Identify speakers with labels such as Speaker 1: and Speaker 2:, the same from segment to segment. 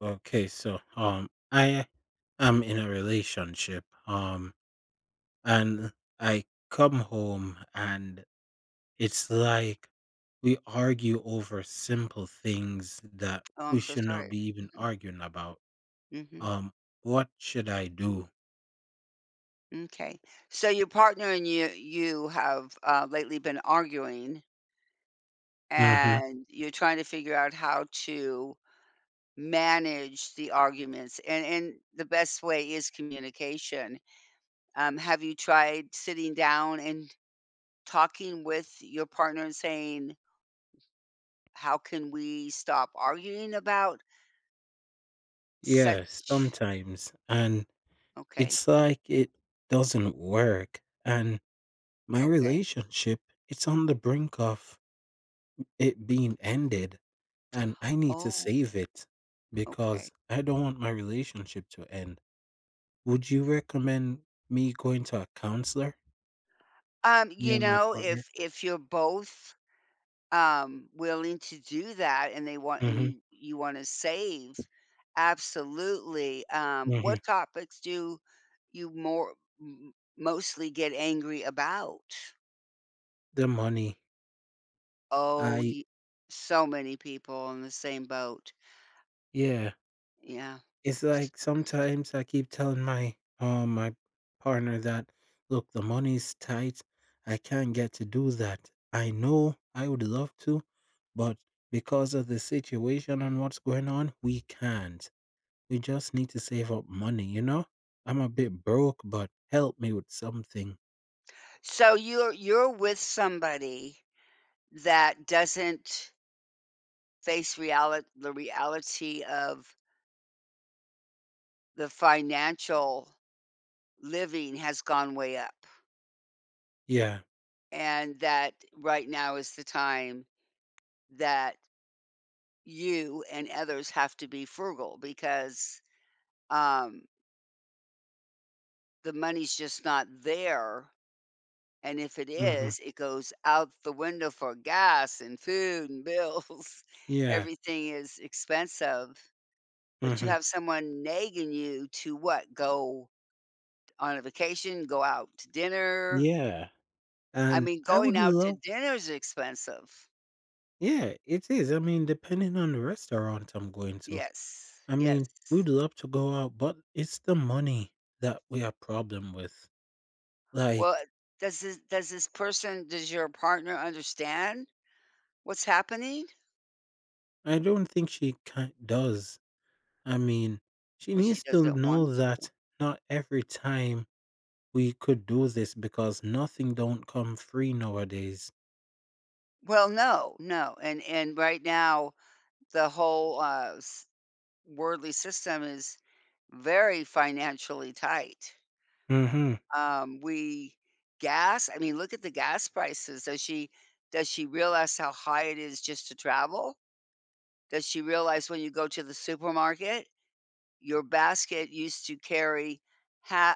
Speaker 1: Okay, so I am in a relationship and I come home and it's like we argue over simple things that
Speaker 2: Oh, I'm
Speaker 1: we
Speaker 2: so
Speaker 1: should
Speaker 2: sorry.
Speaker 1: not be even
Speaker 2: Mhm,
Speaker 1: arguing about.
Speaker 2: mhm,
Speaker 1: Um what should I do?
Speaker 2: m'kay. So your partner and you have, lately been arguing,
Speaker 1: Mm-hmm.
Speaker 2: and you're trying to figure out how to manage the arguments, and the best way is communication. Have you tried sitting down and talking with your partner and saying, "How can we stop arguing about
Speaker 1: Yeah,
Speaker 2: such?"
Speaker 1: sometimes and
Speaker 2: Okay,
Speaker 1: it's like it doesn't work and my
Speaker 2: okay.
Speaker 1: relationship it's on the brink of it being ended and I need to
Speaker 2: Oh,
Speaker 1: save it
Speaker 2: okay.
Speaker 1: because I don't want my relationship to end. Would you recommend me going to a counselor? Me and my partner?
Speaker 2: If you're both willing to do that and they want and
Speaker 1: Mhm,
Speaker 2: you want to save, absolutely.
Speaker 1: mhm.
Speaker 2: What topics do you more m- mostly get angry about?
Speaker 1: The money.
Speaker 2: Oh,
Speaker 1: I
Speaker 2: so many people in the same boat.
Speaker 1: yeah,
Speaker 2: Yeah.
Speaker 1: it's
Speaker 2: S-
Speaker 1: like sometimes I keep telling my my partner that, "Look, the money's tight. I can't get to do that. I know I would love to, but because of the situation and what's going on, we can't." You just need to save up money. I'm a bit broke, but help me with something.
Speaker 2: So you're with somebody that doesn't face reality the reality of the financial living has gone way up,
Speaker 1: Yeah.
Speaker 2: and that right now is the time that you and others have to be frugal because um, the money's just not there. And if it
Speaker 1: Mhm.
Speaker 2: is, it goes out the window for gas and food and bills.
Speaker 1: Yeah.
Speaker 2: Everything is expensive, but you
Speaker 1: Mhm.
Speaker 2: have someone nagging you to what? Go on a vacation, go out to dinner.
Speaker 1: Yeah.
Speaker 2: I
Speaker 1: And
Speaker 2: mean,
Speaker 1: I
Speaker 2: going
Speaker 1: would
Speaker 2: out to
Speaker 1: love.
Speaker 2: dinner is expensive.
Speaker 1: Yeah, it is. I mean, depending on the restaurant I'm going to.
Speaker 2: Yes,
Speaker 1: I
Speaker 2: yes.
Speaker 1: mean, we'd love to go out, but it's the money that we have problem with.
Speaker 2: Well,
Speaker 1: Like,
Speaker 2: does this person does your partner understand what's happening?
Speaker 1: I don't think she can does. I mean, she
Speaker 2: Or she
Speaker 1: needs to
Speaker 2: doesn't want
Speaker 1: know
Speaker 2: to?
Speaker 1: that not every time we could do this because nothing don't come free nowadays.
Speaker 2: Well, no, no, and right now, the whole, s worldly system is very financially tight.
Speaker 1: Mm-hmm.
Speaker 2: We gas I mean, look at the gas prices. Does she realize how high it is just to travel? Does she realize when you go to the supermarket, your basket used to carry ha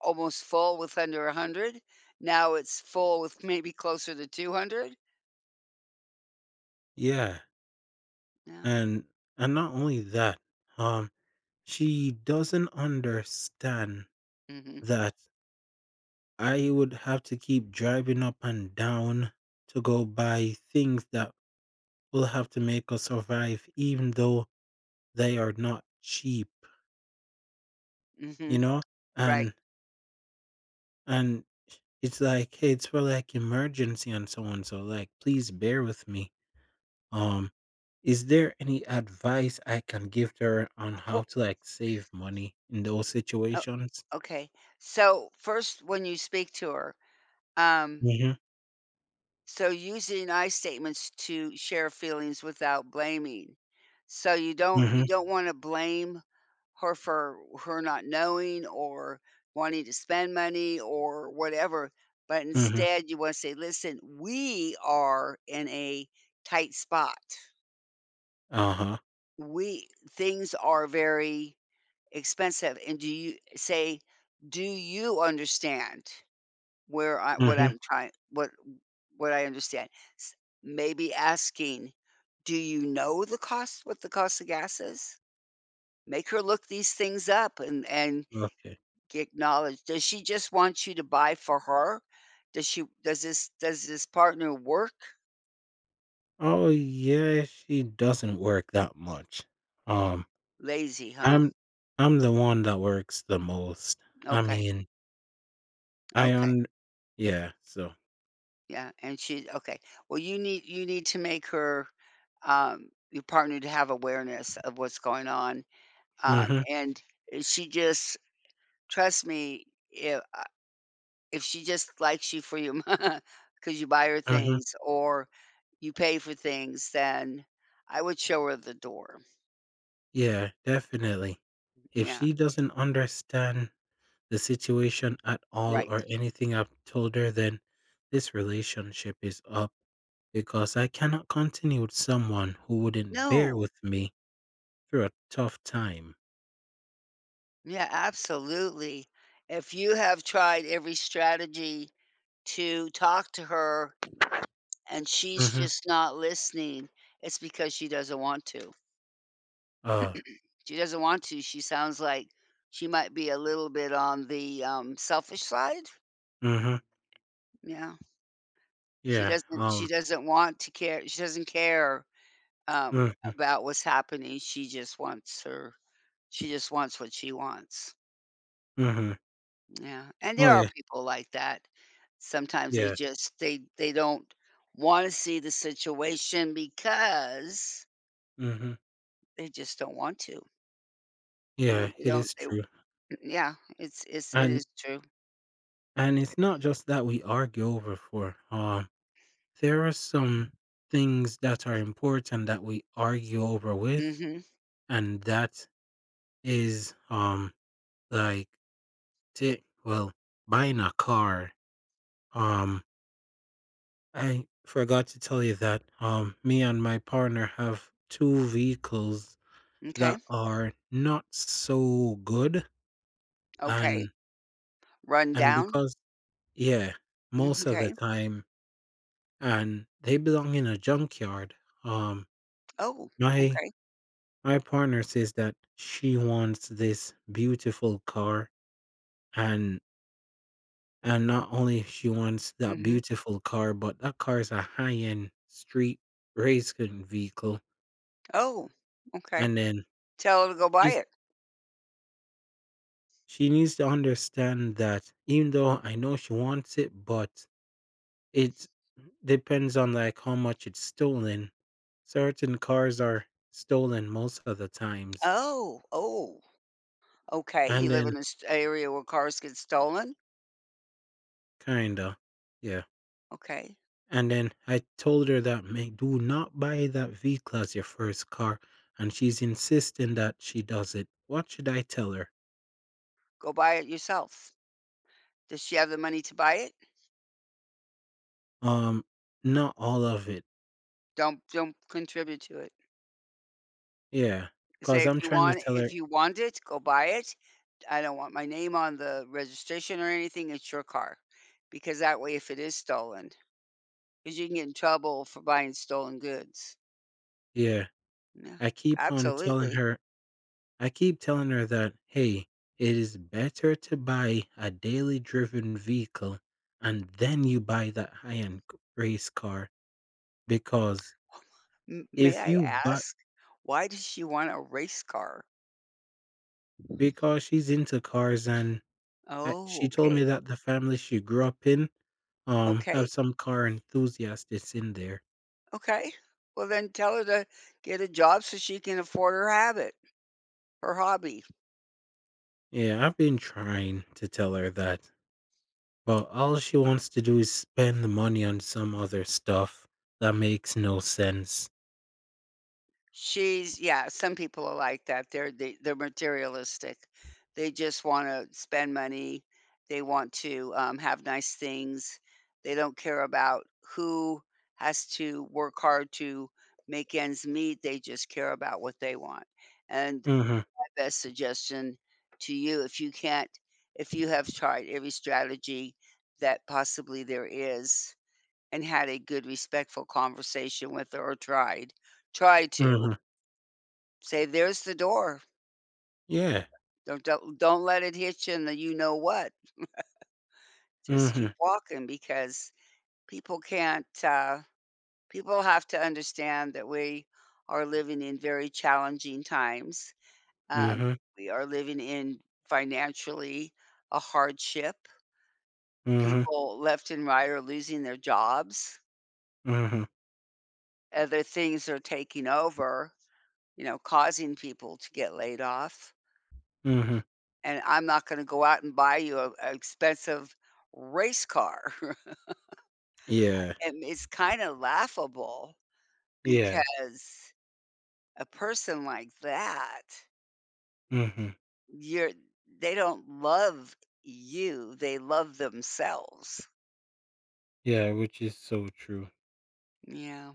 Speaker 2: Almost full with under 100? Now it's full with maybe closer to 200.
Speaker 1: Yeah.
Speaker 2: Yeah.
Speaker 1: And and not only that, um, she doesn't understand
Speaker 2: Mhm.
Speaker 1: that I would have to keep driving up and down to go buy things that will have to make us survive, even though they are not cheap, you
Speaker 2: Mhm.
Speaker 1: know?
Speaker 2: Right.
Speaker 1: And and it's like, hey, it's for like emergency and so on. So like please bear with me. Um, is there any advice I can give to her on how
Speaker 2: Well,
Speaker 1: to, like, save money in those
Speaker 2: oh,
Speaker 1: situations?
Speaker 2: okay. So, first when you speak to her, um
Speaker 1: Mhm,
Speaker 2: so using I statements to share feelings without blaming. So you don't
Speaker 1: mhm,
Speaker 2: you don't wanna blame her for her not knowing or wanting to spend money or whatever, but
Speaker 1: mhm.
Speaker 2: instead you wanna say, "Listen, we are in a tight spot.
Speaker 1: Uh-huh.
Speaker 2: We Things are very expensive, and do you," say, "Do you understand?" Where I, what
Speaker 1: Mhm.
Speaker 2: I'm trying, what I understand. S Maybe asking, "Do you know the cost of gas is?" Make her look these things up and
Speaker 1: Okay.
Speaker 2: get knowledge. Does she just want you to buy for her? Does this partner work?
Speaker 1: Oh, yeah, she doesn't work that much. Um,
Speaker 2: Lazy, huh?
Speaker 1: I'm I'm the one that works the most. I
Speaker 2: Okay,
Speaker 1: mean, I
Speaker 2: okay,
Speaker 1: un yeah, so
Speaker 2: yeah, and she okay. Well, you need to make her, your partner, to have awareness of what's going on,
Speaker 1: Mhm,
Speaker 2: and eh, she just trust me, if uh, if she just likes you for your because you buy her
Speaker 1: mhm.
Speaker 2: things or you pay for things, then I would show her the door.
Speaker 1: Yeah, definitely. If
Speaker 2: Yeah,
Speaker 1: she doesn't understand the situation at all
Speaker 2: right.
Speaker 1: or anything. I've told her then this relationship is up because I cannot continue with someone who wouldn't bear
Speaker 2: No.
Speaker 1: with me through a tough time.
Speaker 2: Yeah, absolutely. If you have tried every strategy to talk to her and she's
Speaker 1: Mm-hmm.
Speaker 2: just not listening, it's because she doesn't want to.
Speaker 1: Uh,
Speaker 2: She doesn't want to. She sounds like she might be a little bit on the, selfish side?
Speaker 1: mm-hmm.
Speaker 2: Yeah.
Speaker 1: Yeah.
Speaker 2: She doesn't want to care she doesn't care, um,
Speaker 1: Mm-hmm.
Speaker 2: about what's happening. She just wants what she wants.
Speaker 1: Mm-hmm.
Speaker 2: Yeah, and there
Speaker 1: Oh
Speaker 2: are
Speaker 1: yeah.
Speaker 2: people like that. Sometimes they
Speaker 1: Yeah.
Speaker 2: just they don't wanna see the situation because
Speaker 1: Mm-hmm.
Speaker 2: they just don't want to,
Speaker 1: Yeah,
Speaker 2: they
Speaker 1: it
Speaker 2: don't
Speaker 1: is
Speaker 2: they
Speaker 1: true.
Speaker 2: yeah, it
Speaker 1: And
Speaker 2: is true.
Speaker 1: and it's not just that we argue over for. There are some things that are important that we argue over with,
Speaker 2: Mhm.
Speaker 1: and that is like, ti well, buying a car, um, I forgot to tell you that, me and my partner have 2 vehicles
Speaker 2: Okay,
Speaker 1: that are not so good,
Speaker 2: okay.
Speaker 1: and and
Speaker 2: Rundown?
Speaker 1: because yeah, most of the
Speaker 2: Okay.
Speaker 1: time, and they belong in a junkyard. Um,
Speaker 2: Oh,
Speaker 1: my
Speaker 2: okay.
Speaker 1: my partner says that she wants this beautiful car, and And not only she wants that
Speaker 2: Mhm.
Speaker 1: beautiful car, but that car is a high-end street racing vehicle,
Speaker 2: Oh, okay.
Speaker 1: and then
Speaker 2: Tell her to go buy
Speaker 1: she's
Speaker 2: it.
Speaker 1: she needs to understand that even though I know she wants it, but it depends on, like, how much it's stolen. Certain cars are stolen most of the times,
Speaker 2: Oh, oh, okay. You
Speaker 1: and
Speaker 2: live
Speaker 1: then
Speaker 2: in an area where cars get stolen?
Speaker 1: kinda. Yeah.
Speaker 2: Okay.
Speaker 1: And then I told her that, "May do not buy that V-Class your first car," and she's insisting that she does it. What should I tell her?
Speaker 2: Go buy it yourself. Does she have the money to buy it?
Speaker 1: Um, not all of it.
Speaker 2: Don't contribute to it.
Speaker 1: Yeah, because
Speaker 2: Say
Speaker 1: 'cause
Speaker 2: if
Speaker 1: I'm
Speaker 2: you
Speaker 1: trying to
Speaker 2: want,
Speaker 1: tell her
Speaker 2: if you want it, go buy it. I don't want my name on the registration or anything. It's your car. Because that way if it is stolen, because you can get in trouble for buying stolen goods.
Speaker 1: yeah,
Speaker 2: Yeah,
Speaker 1: I keep on telling
Speaker 2: absolutely.
Speaker 1: her I keep telling her that, "Hey, it is better to buy a daily driven vehicle, and then you buy that high-end race car." Because
Speaker 2: May
Speaker 1: if
Speaker 2: I
Speaker 1: you buy
Speaker 2: ask, why does she want a race car?
Speaker 1: because she's into cars and uh,
Speaker 2: Oh,
Speaker 1: she told
Speaker 2: okay.
Speaker 1: me that the family she grew up in, have
Speaker 2: Okay.
Speaker 1: some car enthusiasts in there.
Speaker 2: Okay. Well, then tell her to get a job so she can afford her habit, her hobby.
Speaker 1: Yeah, I've been trying to tell her that, but all she wants to do is spend the money on some other stuff that makes no sense.
Speaker 2: She's Yeah, some people are like that. They're materialistic. They just want to spend money. They want to, have nice things. They don't care about who has to work hard to make ends meet. They just care about what they want. And
Speaker 1: Mhm.
Speaker 2: my best suggestion to you, if you can't, if you have tried every strategy that possibly there is and had a good, respectful conversation with her or tried, try to
Speaker 1: Mhm.
Speaker 2: say, "There's the door.
Speaker 1: Yeah.
Speaker 2: Don't let it hit you in the you know what. Just keep
Speaker 1: Mhm.
Speaker 2: walking," because people can't, people have to understand that we are living in very challenging times. Um,
Speaker 1: Mhm.
Speaker 2: we are living in financially a hardship.
Speaker 1: Mhm.
Speaker 2: People left and right are losing their jobs.
Speaker 1: Mhm.
Speaker 2: Other things are taking over, causing people to get laid off.
Speaker 1: Mhm.
Speaker 2: And I'm not gonna go out and buy you a expensive race car.
Speaker 1: Yeah.
Speaker 2: And it's kinda laughable
Speaker 1: Yeah.
Speaker 2: because a person like that,
Speaker 1: Mhm.
Speaker 2: you're they don't love you, they love themselves.
Speaker 1: Yeah, which is so true.
Speaker 2: Yeah.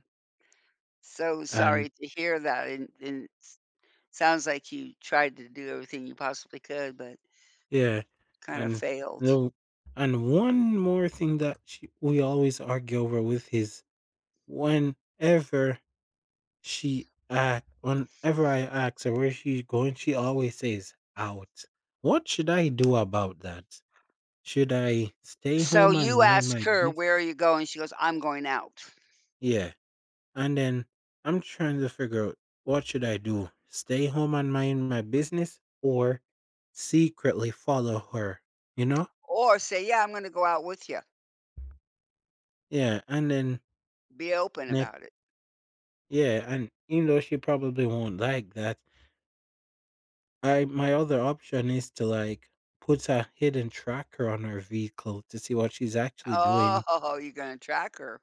Speaker 2: So
Speaker 1: And
Speaker 2: sorry to hear that, and s sounds like you tried to do everything you possibly could, but
Speaker 1: yeah,
Speaker 2: kinda
Speaker 1: and
Speaker 2: failed.
Speaker 1: no and one more thing that she we always argue over with is whenever she act whenever I ask her where she's going, she always says, "Out." What should I do about that? Should I stay
Speaker 2: So
Speaker 1: home
Speaker 2: you
Speaker 1: and mind
Speaker 2: ask
Speaker 1: my
Speaker 2: her,
Speaker 1: business?
Speaker 2: "Where are you going?" She goes, "I'm going out."
Speaker 1: Yeah, and then I'm trying to figure out what should I do? Stay home and mind my business or Secretly follow her, you know?
Speaker 2: Or say, "Yeah, I'm gonna go out with you."
Speaker 1: Yeah, and then
Speaker 2: Be open
Speaker 1: next
Speaker 2: about it.
Speaker 1: yeah, and even though she probably won't like that, I my other option is to like put a hidden tracker on her vehicle to see what she's actually doing.
Speaker 2: Oh, you're gonna track her.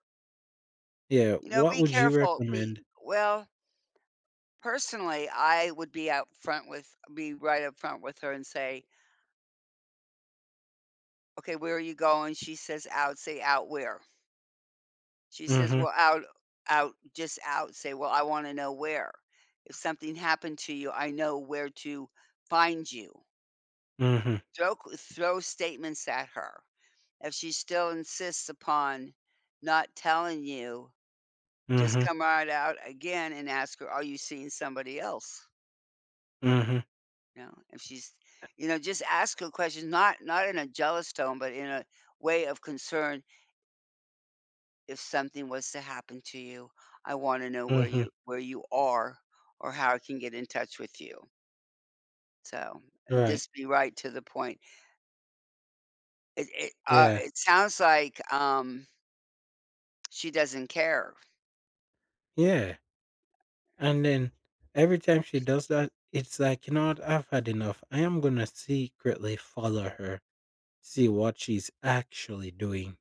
Speaker 1: Yeah,
Speaker 2: You know,
Speaker 1: what
Speaker 2: be
Speaker 1: would you
Speaker 2: careful. Be
Speaker 1: recommend?
Speaker 2: Well, personally, I would be out front with be right up front with her and say, "Okay, where are you going?" She says, "Out." Say, "Out where?" She says,
Speaker 1: Mhm.
Speaker 2: "Well, out out just out." Say, "Well, I wanna know where. If something happened to you, I know where to find you."
Speaker 1: Mhm.
Speaker 2: Throw statements at her. If she still insists upon not telling you, just
Speaker 1: Mhm.
Speaker 2: come right out again and ask her, "Are you seeing somebody else?"
Speaker 1: Mhm.
Speaker 2: You know, if just ask her questions, not in a jealous tone, but in a way of concern, "If something was to happen to you, I wanna know where
Speaker 1: Mhm.
Speaker 2: you where you are or how I can get in touch with you." So,
Speaker 1: Right.
Speaker 2: just be right to the point. It it, uh,
Speaker 1: Yeah.
Speaker 2: it sounds like she doesn't care.
Speaker 1: Yeah. And then every time she does that, it's like, you know what, I've had enough. I am gonna secretly follow her, see what she's actually doing.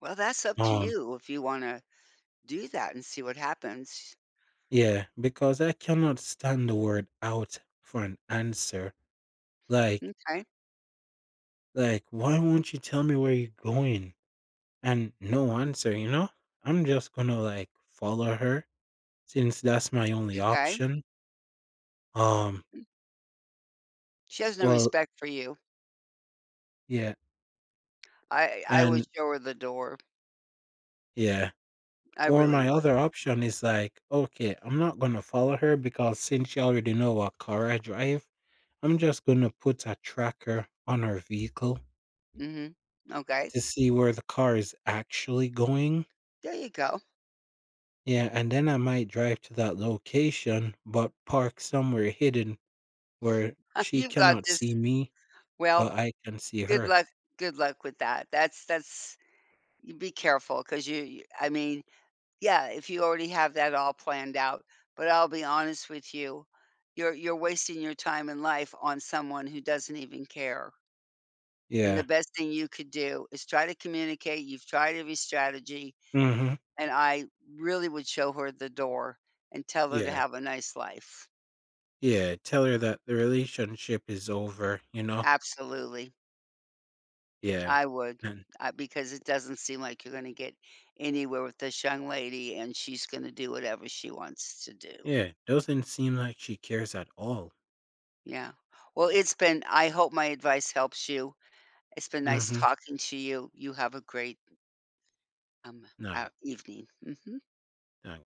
Speaker 2: Well, that's up to
Speaker 1: Um,
Speaker 2: you if you wanna do that and see what happens.
Speaker 1: yeah, because I cannot stand the word out for an answer. Like,
Speaker 2: Okay.
Speaker 1: like, why won't you tell me where you're going? And no answer. I'm just gonna like follow her since that's my only
Speaker 2: Okay.
Speaker 1: option. Um,
Speaker 2: She has no
Speaker 1: well,
Speaker 2: respect for you.
Speaker 1: yeah,
Speaker 2: I would
Speaker 1: and
Speaker 2: show her the door.
Speaker 1: yeah.
Speaker 2: I
Speaker 1: Or
Speaker 2: really
Speaker 1: my
Speaker 2: would.
Speaker 1: other option is like, okay, I'm not gonna follow her because since she already know what car I drive, I'm just gonna put a tracker on her vehicle
Speaker 2: Mhm. Okay.
Speaker 1: to see where the car is actually going.
Speaker 2: There you go.
Speaker 1: Yeah, and then I might drive to that location, but park somewhere hidden where she
Speaker 2: You've got
Speaker 1: cannot
Speaker 2: this.
Speaker 1: see me,
Speaker 2: Well,
Speaker 1: but I can see
Speaker 2: good
Speaker 1: her.
Speaker 2: luck good luck with that. That's You be careful 'cause you I mean, yeah, if you already have that all planned out, but I'll be honest with you, you're wasting your time and life on someone who doesn't even care. And the
Speaker 1: Yeah.
Speaker 2: best thing you could do is try to communicate. You've tried every strategy.
Speaker 1: Hmm.
Speaker 2: And I really would show her the door and tell her to
Speaker 1: Yeah.
Speaker 2: have a nice life.
Speaker 1: Yeah. Tell her that the relationship is over, you know?
Speaker 2: Absolutely,
Speaker 1: Yeah.
Speaker 2: I would,
Speaker 1: And
Speaker 2: because it doesn't seem like you're gonna get anywhere with this young lady, and she's gonna do whatever she wants to do.
Speaker 1: yeah, doesn't seem like she cares at all.
Speaker 2: Yeah. Well, it's been I hope my advice helps you. It's been nice
Speaker 1: Mm-hmm.
Speaker 2: talking to you. You have a great,
Speaker 1: Night.
Speaker 2: evening. Mhm.